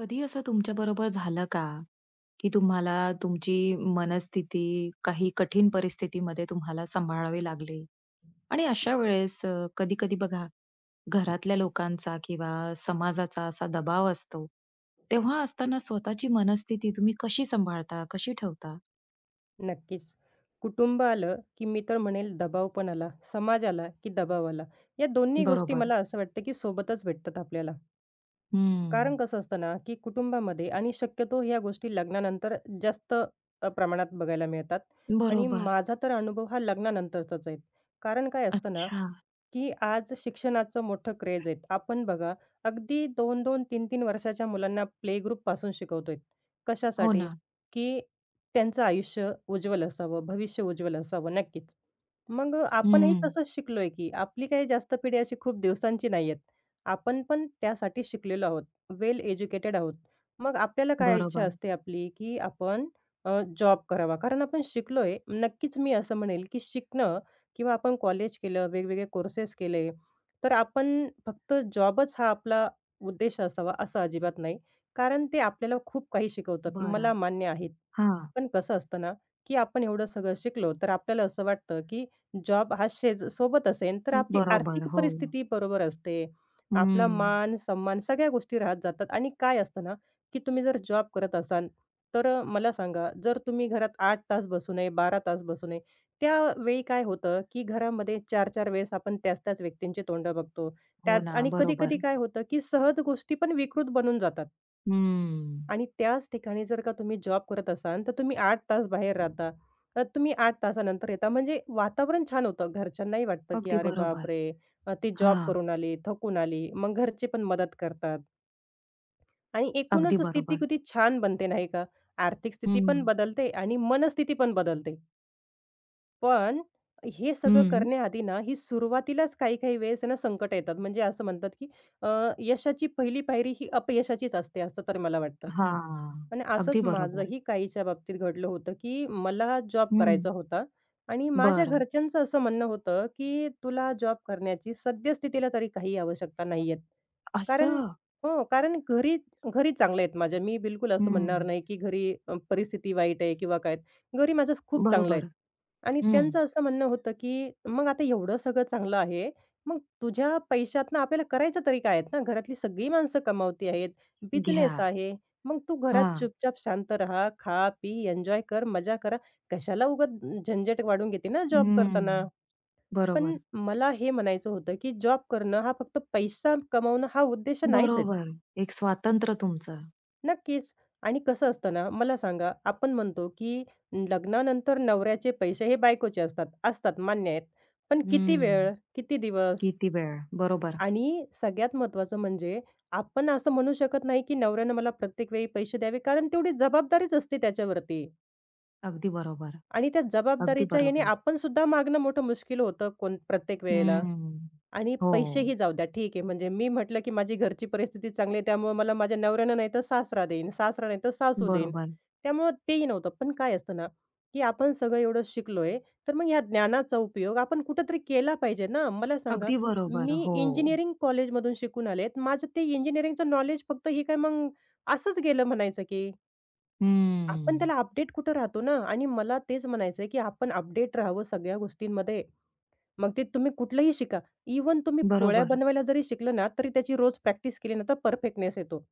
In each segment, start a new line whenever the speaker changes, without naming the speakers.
कधी असं तुमच्या बरोबर झालं का, की तुम्हाला तुमची मनस्थिती काही कठीण परिस्थितीमध्ये तुम्हाला सांभाळावी लागली? आणि अशा वेळेस कधी-कधी बघा, घरातल्या लोकांचा किंवा समाजाचा असा दबाव असतो. तेव्हा असताना स्वतःची मनस्थिती तुम्ही कशी सांभाळता, कशी ठेवता?
नक्कीच. कुटुंब आलं, की मी तर म्हणेल दबाव पण आला, समाज आला, की दबाव आला. या दोन्ही गोष्टी
बरोबर.
मला असं वाटतं, की सोबतच भेटतात आपल्याला. कारण
हं.
कसं असतं ना, की कुटुंबामध्ये आणि शक्यतो ह्या गोष्टी लग्नानंतर जास्त प्रमाणात बघायला मिळतात आणि
बरोबर.
माझा तर अनुभव हा लग्नानंतरचाच आहे. कारण काय असतं ना
अच्छा.
की आज शिक्षणाचं मोठं क्रेज आहे. आपण बघा अगदी दोन दोन 3-3 वर्षाच्या मुलांना प्ले ग्रुपपासून शिकवतोय.
हो
कशासाठी?
ना.
की त्यांचं आयुष्य उज्ज्वल असावं, भविष्य उज्ज्वल असावं. नक्कीच. मग आपणही
हं.
तसंच शिकलोय की आपली काही जास्त पिढी अशी खूप दिवसांची नाही आहेत. आपण पण त्यासाठी शिकलेलो आहोत. वेल एज्युकेटेड आहोत. मग आपल्याला काय इच्छा
बरोबर.
असते आपली की आपण जॉब करावा. कारण आपण शिकलोय. नक्कीच मी असं म्हणेल की शिकणं किंवा आपण कॉलेज केलं, वेगवेगळे कोर्सेस केले, तर आपण फक्त जॉबच हा आपला उद्देश असावा असं अजिबात नाही. कारण ते आपल्याला खूप काही शिकवतात.
बरं.
मला मान्य आहे.
हां.
पण कसं असतं ना, की आपण एवढं सगळं शिकलो, तर आपल्याला असं वाटतं, की जॉब हा शेज सोबत असेल, तर आपली
बरोबर.
आर्थिक
हो.
परिस्थिती बरोबर असते. आपला
हं.
मान, सन्मान सगळ्या गोष्टी राहत जातात आणि काय असतं ना, की तुम्ही जर जॉब करत असाल, तर मला सांगा, जर तुम्ही घरात 8 तास बसू नये, 12 तास बसू नये, त्यावेळी काय होतं, की घरामध्ये 4 चार वेळेस आपण त्याच-त्याच व्यक्तींची तोंडं बघतो.
हो
त्यात
ना.
आणि कधी-कधी
बरोबर.
काय होतं, की सहज गोष्टी पण विकृत बनून जातात
हम्म.
आणि त्याच ठिकाणी जर का तुम्ही जॉब करत असाल, तर तुम्ही 8 तास बाहेर राहता. तर तुम्ही 8 तासानंतर येता. म्हणजे वातावरण छान होतं. घरच्यांनाही वाटतं, की
अगदी
"अरे
बरोबर.
बापरे! ती जॉब
हां.
करून आली, थकून आली." मग घरचे पण मदत करतात आणि
अगदी
एकूणच स्थिती
बरोबर.
किती छान बनते नाही का? आर्थिक स्थिती पण
हं.
बदलते आणि मनस्थिती पण बदलते. पण हे सगळं
हं.
करण्याआधी ना, ही सुरुवातीलाच काही-काही वेळेस आहे ना, संकटं येतात. म्हणजे असं म्हणतात, की अ, यशाची पहिली पायरी ही अपयशाचीच असते, असं तर मला वाटतं.
हां.
आणि असंच
अगदी बरोबर.
माझंही काहीच्या बाबतीत घडलं होतं, की मला जॉब
हं.
करायचा होता आणि माझ्या
बरं.
घरच्यांचं असं म्हणणं होतं, की "तुला जॉब करण्याची सद्यस्थितीला तरी काही आवश्यकता नाही आहेत." कारण
असं.
हो, कारण घरी घरी चांगले आहेत माझ्या. मी बिलकुल असं म्हणणार
हं.
नाही, की घरी परिस्थिती वाईट आहे किंवा काय. घरी माझं खूप चांगलं आहे.
बरोबर.
आणि
हं.
त्यांचं असं म्हणणं होतं, की "मग आता एवढं सगळं चांगलं आहे, मग तुझ्या पैशातनं आपल्याला करायचं तरी काय आहेत ना? घरातली सगळी माणसं कमावती आहेत,
घ्या.
बिझनेस आहे. मग तू घरात
हां.
चुपचाप शांत राहा, खा, पी, एन्जॉय कर, मजा करा. कशाला उगाच झंझट वाढून घेते ना जॉब
हं.
करताना." पण
बरोबर.
मला हे म्हणायचं होतं, की जॉब करणं हा फक्त पैसा कमावणं हा उद्देश नाहीच आहे.
बरोबर. एक स्वातंत्र्य तुमचं.
नक्कीच. आणि कसं असतं ना, मला सांगा, आपण म्हणतो, की लग्नानंतर नवऱ्याचे पैसे हे बायकोचे असतात. असतात, मान्य आहेत. पण किती
हं.
वेळ, किती दिवस
किती वेळ. बरोबर.
आणि सगळ्यात महत्त्वाचं म्हणजे आपण असं म्हणू शकत नाही, की नवऱ्यानं मला प्रत्येक वेळी पैसे द्यावे, कारण तेवढी जबाबदारीच असते त्याच्यावरती
अगदी बरोबर.
आणि त्या
अगदी
जबाबदारीच्या याने
बरोबर.
आपण सुद्धा मागणं मोठं मुश्कील होतं कोण प्रत्येक वेळेला.
हं.
आणि
हो.
पैसेही जाऊ द्या, ठीक आहे. म्हणजे मी म्हटलं, की माझी घरची परिस्थिती चांगली आहे, त्यामुळे मला माझ्या नवऱ्यानं नाही तर सासरा देईन, सासरा नाही तर सासू देईन.
बरोबर.
त्यामुळं तेही नव्हतं. पण काय असतं ना, की आपण सगळं एवढं शिकलोय, तर मग ह्या ज्ञानाचा उपयोग आपण कुठेतरी केला पाहिजे ना. मला सांगा,
अगदी बरोबर.
मी
हो.
इंजिनिअरिंग कॉलेजमधून शिकून आले. माझं ते इंजिनिअरिंगचं नॉलेज फक्त हे काय मग असंच गेलं म्हणायचं की आपण
हं.
त्याला अपडेट कुठं राहतो ना आणि मला तेच म्हणायचं आहे, की आपण अपडेट राहावं सगळ्या गोष्टींमध्ये. मग ते तुम्ही कुठलंही शिका. इव्हन तुम्ही पोळ्या
बरोबर.
बनवायला जरी शिकले ना, तरी त्याची रोज प्रॅक्टिस केली ना, तर परफेक्टनेस येतो.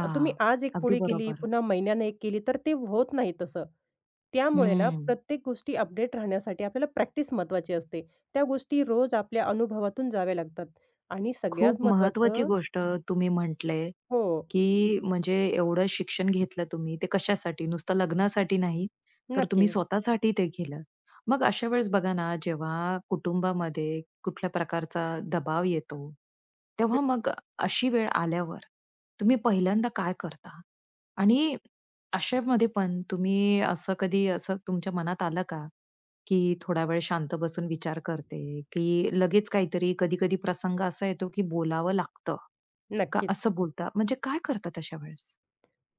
तुम्ही आज एक
अगदी
पोळी केली,
बरोबर.
पुन्हा महिन्यानं एक केली, तर ते होत नाही तसं. त्यामुळे ना,
हं.
प्रत्येक गोष्टी अपडेट राहण्यासाठी आपल्याला प्रॅक्टिस महत्त्वाची असते. त्या गोष्टी रोज आपल्या अनुभवातून जाव्या लागतात आणि
खूप
सगळ्यात
महत्वाची
महत्त्वाचं
गोष्ट तुम्ही म्हटले,
हो,
की म्हणजे एवढं शिक्षण घेतलं तुम्ही ते कशासाठी? नुसतं लग्नासाठी नाही, तर तुम्ही
नक्कीच.
स्वतःसाठी ते केलं. मग अशा वेळेस बघा ना, जेव्हा कुटुंबामध्ये कुठल्या प्रकारचा दबाव येतो,
हं,
तेव्हा मग अशी वेळ आल्यावर तुम्ही पहिल्यांदा काय करता? आणि अशामध्ये पण तुम्ही असं कधी तुमच्या मनात आलं का, की थोडा वेळ शांत बसून विचार करते, की लगेच काहीतरी कधी-कधी प्रसंग असा येतो, की बोलावं लागतं. का
नक्कीच.
असं बोलता म्हणजे काय करतात अशा वेळेस?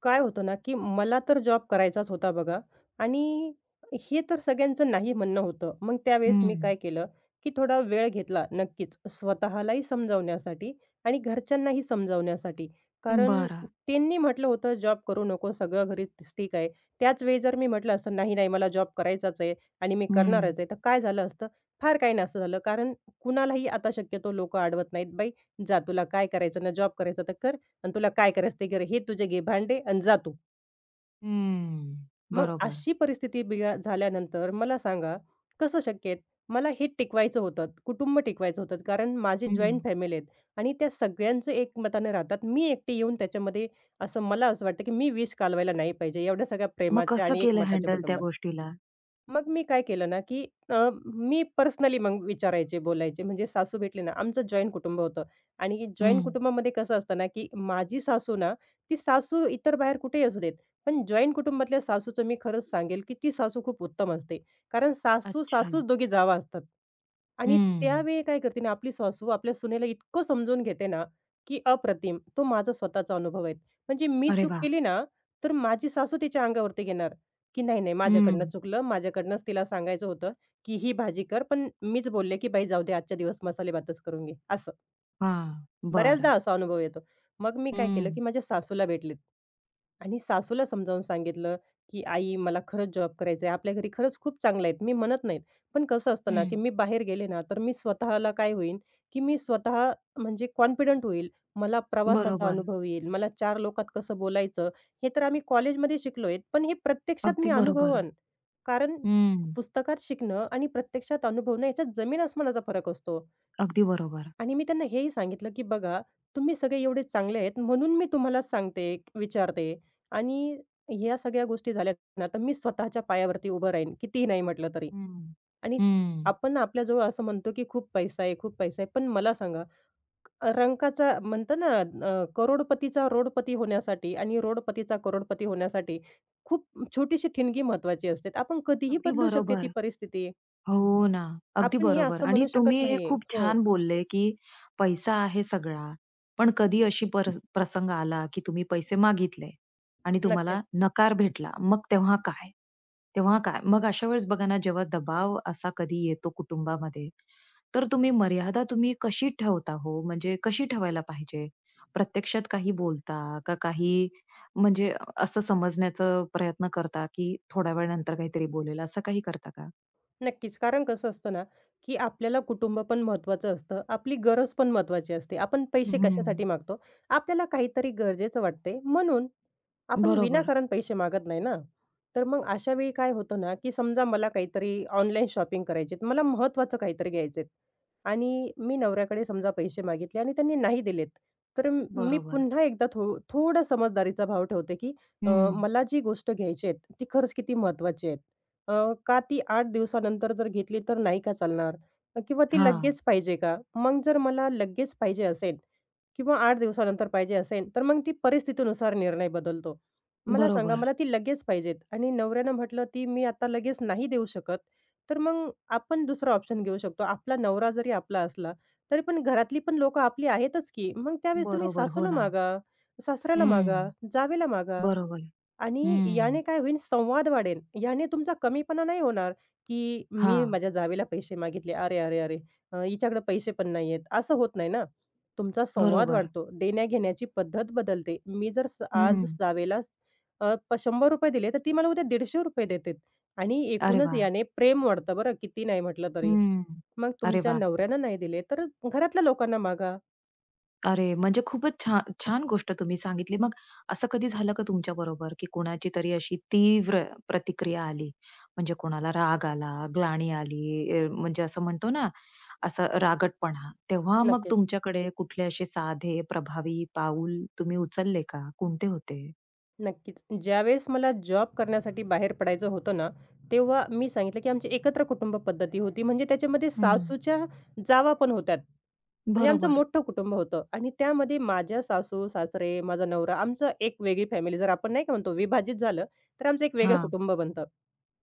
काय होतं ना, की मला तर जॉब करायचाच होता बघा आणि हे तर सगळ्यांचं नाही म्हणणं होतं. मग त्यावेळेस मी
हं.
काय केलं, की थोडा वेळ घेतला नक्कीच स्वतःलाही समजावण्यासाठी आणि घरच्यांनाही समजावण्यासाठी. कारण
बरं.
त्यांनी म्हटलं होतं, "जॉब करू नको, सगळं घरी ठीक आहे." त्याच वेळी जर मी म्हटलं असतं, "नाही, नाही, मला जॉब करायचाच आहे आणि मी
हं.
करणारच आहे." तर काय झालं असतं? फार काही नसतं झालं. कारण कुणालाही आता शक्यतो लोकं अडवत नाहीत, "बाई, जा तुला काय करायचं ना, जॉब करायचा तर कर आणि तुला काय करायचं ते कर. हे तुझे घे भांडे आणि जा तू.
हं.
मग
बरोबर.
अशी परिस्थिती बिघा झाल्यानंतर मला सांगा कसं शक्य आहे? मला हे टिकवायचं होतं, कुटुंब टिकवायचं होतं. कारण माझी जॉइंट
हं.
फॅमिली आहेत आणि त्या सगळ्यांचं एकमताने राहतात. मी एकटी येऊन त्याच्यामध्ये असं मला असं वाटतं, की मी विष कालवायला नाही पाहिजे एवढ्या सगळ्या
मग
प्रेमाच्या
कसं
आणि
केलं
एकमताच्या
हँडल त्या
कुटुंबात.
गोष्टीला?
मग मी काय केलं ना, की मी पर्सनली मग विचारायचे, बोलायचे. म्हणजे सासू भेटले ना आमचं जॉइंट कुटुंब होतं आणि जॉइंट
हं.
कुटुंबामध्ये कसं असतं ना, की माझी सासू ना, ती सासू इतर बाहेर कुठेही असू देत, पण जॉइंट कुटुंबातल्या सासूचं मी खरंच सांगेल, की ती सासू खूप उत्तम असते. कारण
अच्छा.
सासू-सासूच दोघी जावा असतात. आणि
हं.
त्यावेळी काय करते ना, आपली सासू आपल्या सुनेला इतकं समजून घेते ना, की अप्रतिम. तो माझा स्वतःचा अनुभव आहे. म्हणजे मी
अरे
चूक
वाह!
केली ना, तर माझी सासू तिच्या अंगावरती घेणार. की नाही, नाही माझ्याकडनं
हं.
चुकलं. माझ्याकडनंच तिला सांगायचं होतं, की ही भाजी कर. पण मीच बोलले, की "बाई जाऊ दे आजच्या दिवस मसालेभातच करून घे." असं.
हां. बरं.
बऱ्याचदा असा अनुभव येतो. मग मी काय केलं,
हं.
की माझ्या सासूला भेटलेत आणि सासूला समजावून सांगितलं, की "आई मला खरंच जॉब करायचा आहे. आपल्या घरी खरंच खूप चांगलं आहेत." मी म्हणत नाहीत. पण कसं असतं ना, की
हं.
मी बाहेर गेले ना, तर मी स्वतःला काय होईन, की मी स्वतः म्हणजे कॉन्फिडंट होईल. मला प्रवासाचा
बरोबर.
अनुभव येईल. मला 4 लोकात कसं बोलायचं, हे तर आम्ही कॉलेजमध्ये शिकलोय. पण हे प्रत्यक्षात
अगदी
मी
बरोबर.
अनुभवन. कारण
हं.
पुस्तकात शिकणं आणि प्रत्यक्षात अनुभवणं याच्यात जमीन-आसमानाचा फरक असतो.
अगदी बरोबर.
आणि मी त्यांना हेही सांगितलं, की बघा तुम्ही सगळे एवढे चांगले आहेत म्हणून मी तुम्हाला सांगते, विचारते आणि ह्या सगळ्या गोष्टी झाल्या ना, तर मी स्वतःच्या पायावरती उभं राहीन, कितीही नाही म्हटलं तरी.
हं.
आणि
हं.
आपण आपल्याजवळ असं म्हणतो, की खूप पैसा आहे, खूप पैसा आहे. पण मला सांगा, रंकाचा म्हणतो ना, करोडपतीचा रोडपती होण्यासाठी आणि रोडपतीचा करोडपती होण्यासाठी खूप छोटीशी ठिणगी महत्त्वाची असते. आपण कधीही
अगदी
बदलू शकते ती
बरोबर.
परिस्थिती.
हो ना. अगदी
आपण हे
बरोबर
असं
आणि
म्हणू
तुम्ही
शकत
हे
नाही.
खूप
हो,
छान बोलले, की पैसा आहे सगळा. पण कधी अशी प्रसंग आला, की तुम्ही पैसे मागितले आणि तुम्हाला
नक्कीच.
नकार भेटला. मग तेव्हा काय? तेव्हा काय? मग अशा वेळेस बघा ना, जेव्हा दबाव असा कधी येतो कुटुंबामध्ये, तर तुम्ही मर्यादा कशी ठेवता हो? म्हणजे कशी ठेवायला पाहिजे? प्रत्यक्षात काही बोलता का काही म्हणजे असं समजण्याचा प्रयत्न करता, की थोड्या वेळानंतर काहीतरी बोलेल, असं काही करता का?
नक्कीच. कारण कसं असतं ना, की आपल्याला कुटुंब पण महत्त्वाचं असतं. आपली गरज पण महत्त्वाची असते. आपण पैसे कशासाठी
हं.
मागतो? आपल्याला काहीतरी गरजेचं वाटते म्हणून. आपण
बरोबर,
विनाकारण पैसे मागत नाही ना. तर मग अशा वेळी काय होतं ना, की समजा मला काहीतरी ऑनलाईन शॉपिंग करायची मला महत्त्वाचं काहीतरी घ्यायचंय आणि मी नवऱ्याकडे समजा पैसे मागितले आणि त्यांनी नाही दिलेत. तर मी
बरोबर.
पुन्हा एकदा थोडा समजदारीचा भाव ठेवते, की
हं.
मला जी गोष्ट घ्यायची आहे, ती खरंच किती महत्त्वाची आहे. अ, का ती 8 दिवसानंतर जर घेतली तर नाही का चालणार? किंवा ती
हां.
लगेच पाहिजे का? मग जर मला लगेच पाहिजे असेल किंवा 8 दिवसानंतर पाहिजे असेल, तर मग ती परिस्थितीनुसार निर्णय बदलतो. मला सांगा
बरोबर,
मला ती लगेच पाहिजेत आणि नवऱ्यानं म्हटलं ती मी आता लगेच नाही देऊ शकत, तर मग आपण दुसरा ऑप्शन घेऊ शकतो. आपला नवरा जरी आपला असला, तरी पण घरातली पण लोकं आपली आहेतच की. मग त्यावेळेस तुम्ही
बरोबर. हो
सासूला
ना.
मागा, सासऱ्याला मागा,
हं.
जावेला मागा.
बरोबर.
आणि
हं.
याने काय होईल संवाद वाढेल. याने तुमचा कमीपणा नाही होणार, की मी
हां.
माझ्या जावेला पैसे मागितले. अरे, अरे, अरे! हिच्याकडे पैसे पण नाहीयेत. असं होत नाही ना. तुमचा संवाद
बरोबर.
वाढतो. देण्या-घेण्याची पद्धत बदलते. मी जर आज
हं.
जावेला ₹100 दिले, तर ती मला उद्या ₹150 देते आणि
अरे
एकूणच
वाह!
याने प्रेम वाढतं बरं किती नाही म्हटलं तरी.
हं.
मग
अरे
तुमच्या
वाह!
नवऱ्यानं नाही दिले, तर घरातल्या लोकांना मागा.
अरे, म्हणजे खूपच छान गोष्ट तुम्ही सांगितली. मग असं कधी झालं का तुमच्याबरोबर, की कोणाची तरी अशी तीव्र प्रतिक्रिया आली? म्हणजे कोणाला राग आला, ग्लानी आली, म्हणजे असं म्हणतो ना असा रागटपणा. तेव्हा मग
नक्कीच.
तुमच्याकडे कुठले असे साधे, प्रभावी पाऊल तुम्ही उचलले का? कोणते होते?
नक्कीच. ज्यावेळेस मला जॉब करण्यासाठी बाहेर पडायचं होतं ना, तेव्हा मी सांगितलं की आमची एकत्र कुटुंब पद्धती होती. म्हणजे त्याच्यामध्ये
हं.
सासूच्या जावा पण होत्या. म्हणजे आमचं
बरोबर.
मोठं कुटुंब होतं आणि त्यामध्ये माझ्या सासू-सासरे, माझा नवरा, आमचं एक वेगळी फॅमिली. जर आपण नाही का म्हणतो विभाजित झालं, तर आमचं एक वेगळं
हां.
कुटुंब बनतं.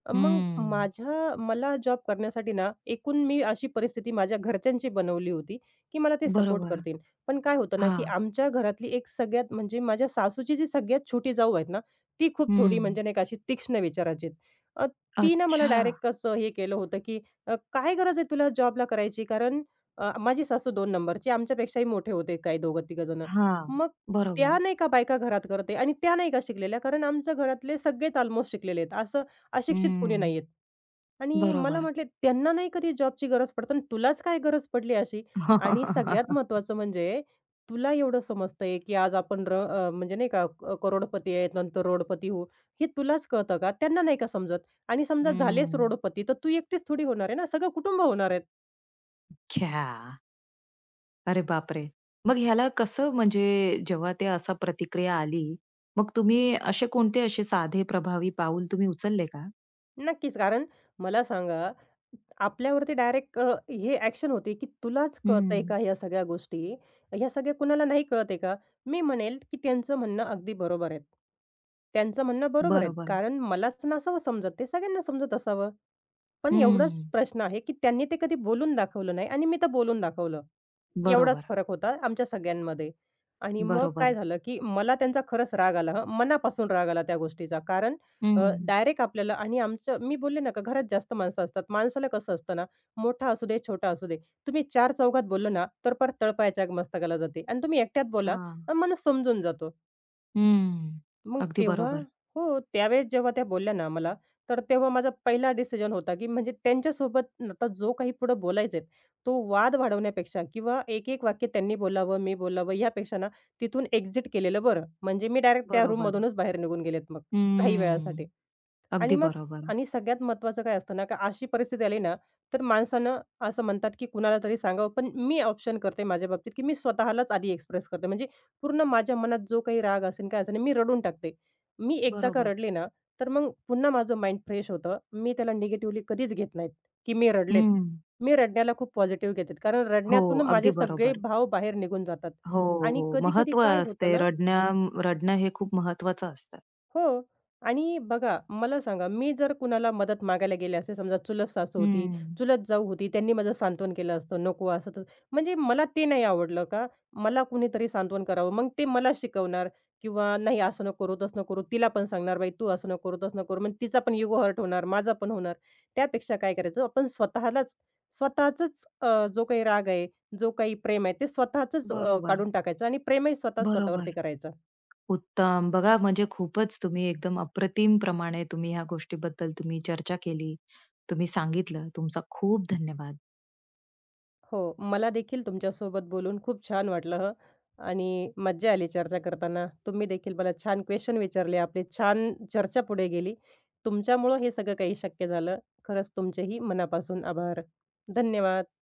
मग
हं.
माझ्या मला जॉब करण्यासाठी ना, एकूण मी अशी परिस्थिती माझ्या घरच्यांची बनवली होती, की मला ते सपोर्ट
बरोबर.
करतील. पण काय होतं ना, की
हां.
आमच्या घरातली एक सगळ्यात म्हणजे माझ्या सासूची जी सगळ्यात छोटी जाऊ आहेत ना, ती खूप थोडी
हं.
म्हणजे नाही का अशी तीक्ष्ण विचाराची आहे. अ, ती ना मला
अच्छा.
डायरेक्ट कसं हे केलं होतं, की काय गरज आहे तुला जॉबला करायची? कारण माझी सासू 2 नंबरची. आमच्यापेक्षाही मोठे होते काही 2-3 जण.
हां.
मग त्या
बरोबर.
नाही का बायका घरात करते आणि त्या नाही का शिकलेल्या, कारण आमच्या घरातले सगळेच अल्मोस्ट शिकलेले आहेत. असं अशिक्षित कुणी
हं.
नाहीयेत. आणि मला
बरोबर.
म्हटले, "त्यांना नाही कधी जॉबची गरज पडत आणि तुलाच काय गरज पडली अशी? आणि सगळ्यात महत्त्वाचं म्हणजे तुला एवढं समजतंय, की आज आपण म्हणजे नाही का करोडपती आहेत, नंतर रोडपती होऊ. हे तुलाच कळतं का? त्यांना नाही का समजत? आणि समजा झालेच
हं.
रोडपती, तर तू एकटीच थोडी होणार आहे ना, सगळं कुटुंब होणार आहेत."
ख्या, अरे बापरे! मग ह्याला कसं म्हणजे जेव्हा ते असा प्रतिक्रिया आली, मग तुम्ही असे कोणते असे साधे प्रभावी पाऊल तुम्ही उचलले का?
नक्कीच. कारण मला सांगा, आपल्यावरती डायरेक्ट हे ॲक्शन होते, की तुलाच कळतंय
हं.
का ह्या सगळ्या गोष्टी? ह्या सगळ्या कुणाला नाही कळतंय का? मी म्हणेल, की त्यांचं म्हणणं अगदी बरोबर आहे. त्यांचं म्हणणं बरोबर आहे.
बरोबर.
कारण मलाच नसावं समजत ते सगळ्यांना समजत असावं. पण एवढाच
हं.
प्रश्न आहे, की त्यांनी ते कधी बोलून दाखवलं नाही आणि मी तर बोलून दाखवलं. एवढाच
बरोबर,
फरक होता आमच्या सगळ्यांमध्ये. आणि मग काय
बरोबर.
झालं, की मला त्यांचा खरंच राग आला हं, मनापासून राग आला त्या गोष्टीचा. कारण अ,
हं.
डायरेक्ट आपल्याला आणि आमचं मी बोलले ना, का घरात जास्त माणसं असतात. माणसाला कसं असतं ना, मोठा असू दे, छोटा असू दे, तुम्ही चार चौघात बोललं ना, तर परत तळपायाच्या मस्तकाला जाते आणि तुम्ही एकट्यात बोला,
हां.
माणूस समजून जातो.
हं.
मग
अगदी
तेव्हा
बरोबर.
हो, त्यावेळेस जेव्हा त्या बोलल्या ना मला, तर तेव्हा माझा पहिला डिसिजन होता, की म्हणजे त्यांच्यासोबत आता जो काही पुढं बोलायचंय, तो वाद वाढवण्यापेक्षा किंवा एक-एक वाक्य त्यांनी बोलावं, मी बोलावं यापेक्षा ना, तिथून एक्झिट केलेलं बरं. म्हणजे मी डायरेक्ट त्या
बरोबर.
रूममधूनच बाहेर निघून गेलेत मग, काही वेळासाठी.
हं.
आणि
अगदी
मग
बरोबर.
आणि सगळ्यात महत्त्वाचं काय असतं ना, का अशी परिस्थिती आली ना, तर माणसानं असं म्हणतात, की कुणाला तरी सांगावं. पण मी ऑप्शन करते माझ्या बाबतीत, की मी स्वतःलाच आधी एक्सप्रेस करते. म्हणजे पूर्ण माझ्या मनात जो काही राग असेल, काय असेल, मी रडून टाकते. मी एकदा का
बरोबर.
रडले ना, तर मग पुन्हा माझं माइंड फ्रेश होतं. मी त्याला निगेटिव्हली कधीच घेत नाहीत, की मी रडलेत.
हं.
मी रडण्याला खूप पॉझिटिव्ह घेते. कारण
हो,
रडण्यातून माझे
अगदी
सगळे
बरोबर.
भाव बाहेर निघून जातात.
हो,
आणि
हो.
कधी-कधी
महत्त्व
काय होतं
असते.
ना
रडणं हे खूप महत्त्वाचं असतं.
हो. आणि बघा, मला सांगा, मी जर कुणाला मदत मागायला गेले असते, समजा चुलत सासू होती,
हं.
चुलत जाऊ होती, त्यांनी माझं सांत्वन केलं असतं, "नको असं तसं." म्हणजे मला ते नाही आवडलं का? मला कुणीतरी सांत्वन करावं. मग ते मला शिकवणार किंवा "नाही, असं नको करू, तसं नको करू." तिला पण सांगणार, "बाई, तू असं नको करू, तसं नको करू." मग तिचा पण इगो हर्ट होणार, माझा पण होणार. त्यापेक्षा काय करायचं, आपण स्वतःलाच स्वतःचंच जो काही राग आहे, जो काही प्रेम आहे, ते स्वतःचंच
बरोबर,
काढून टाकायचं आणि प्रेमही स्वतः स्वतःवरती
बरोबर.
करायचं.
उत्तम. बघा म्हणजे खूपच तुम्ही एकदम अप्रतिम प्रमाणे तुम्ही ह्या गोष्टीबद्दल तुम्ही चर्चा केली. तुम्ही सांगितलं. तुमचा खूप धन्यवाद.
हो, मला देखील तुमच्यासोबत बोलून खूप छान वाटलं हं आणि मज्जा आली चर्चा करताना. तुम्ही देखील मला छान क्वेशन विचारले. आपली छान चर्चा पुढे गेली. तुमच्यामुळं हे सगळं काही शक्य झालं. खरंच तुमचेही मनापासून आभार. धन्यवाद.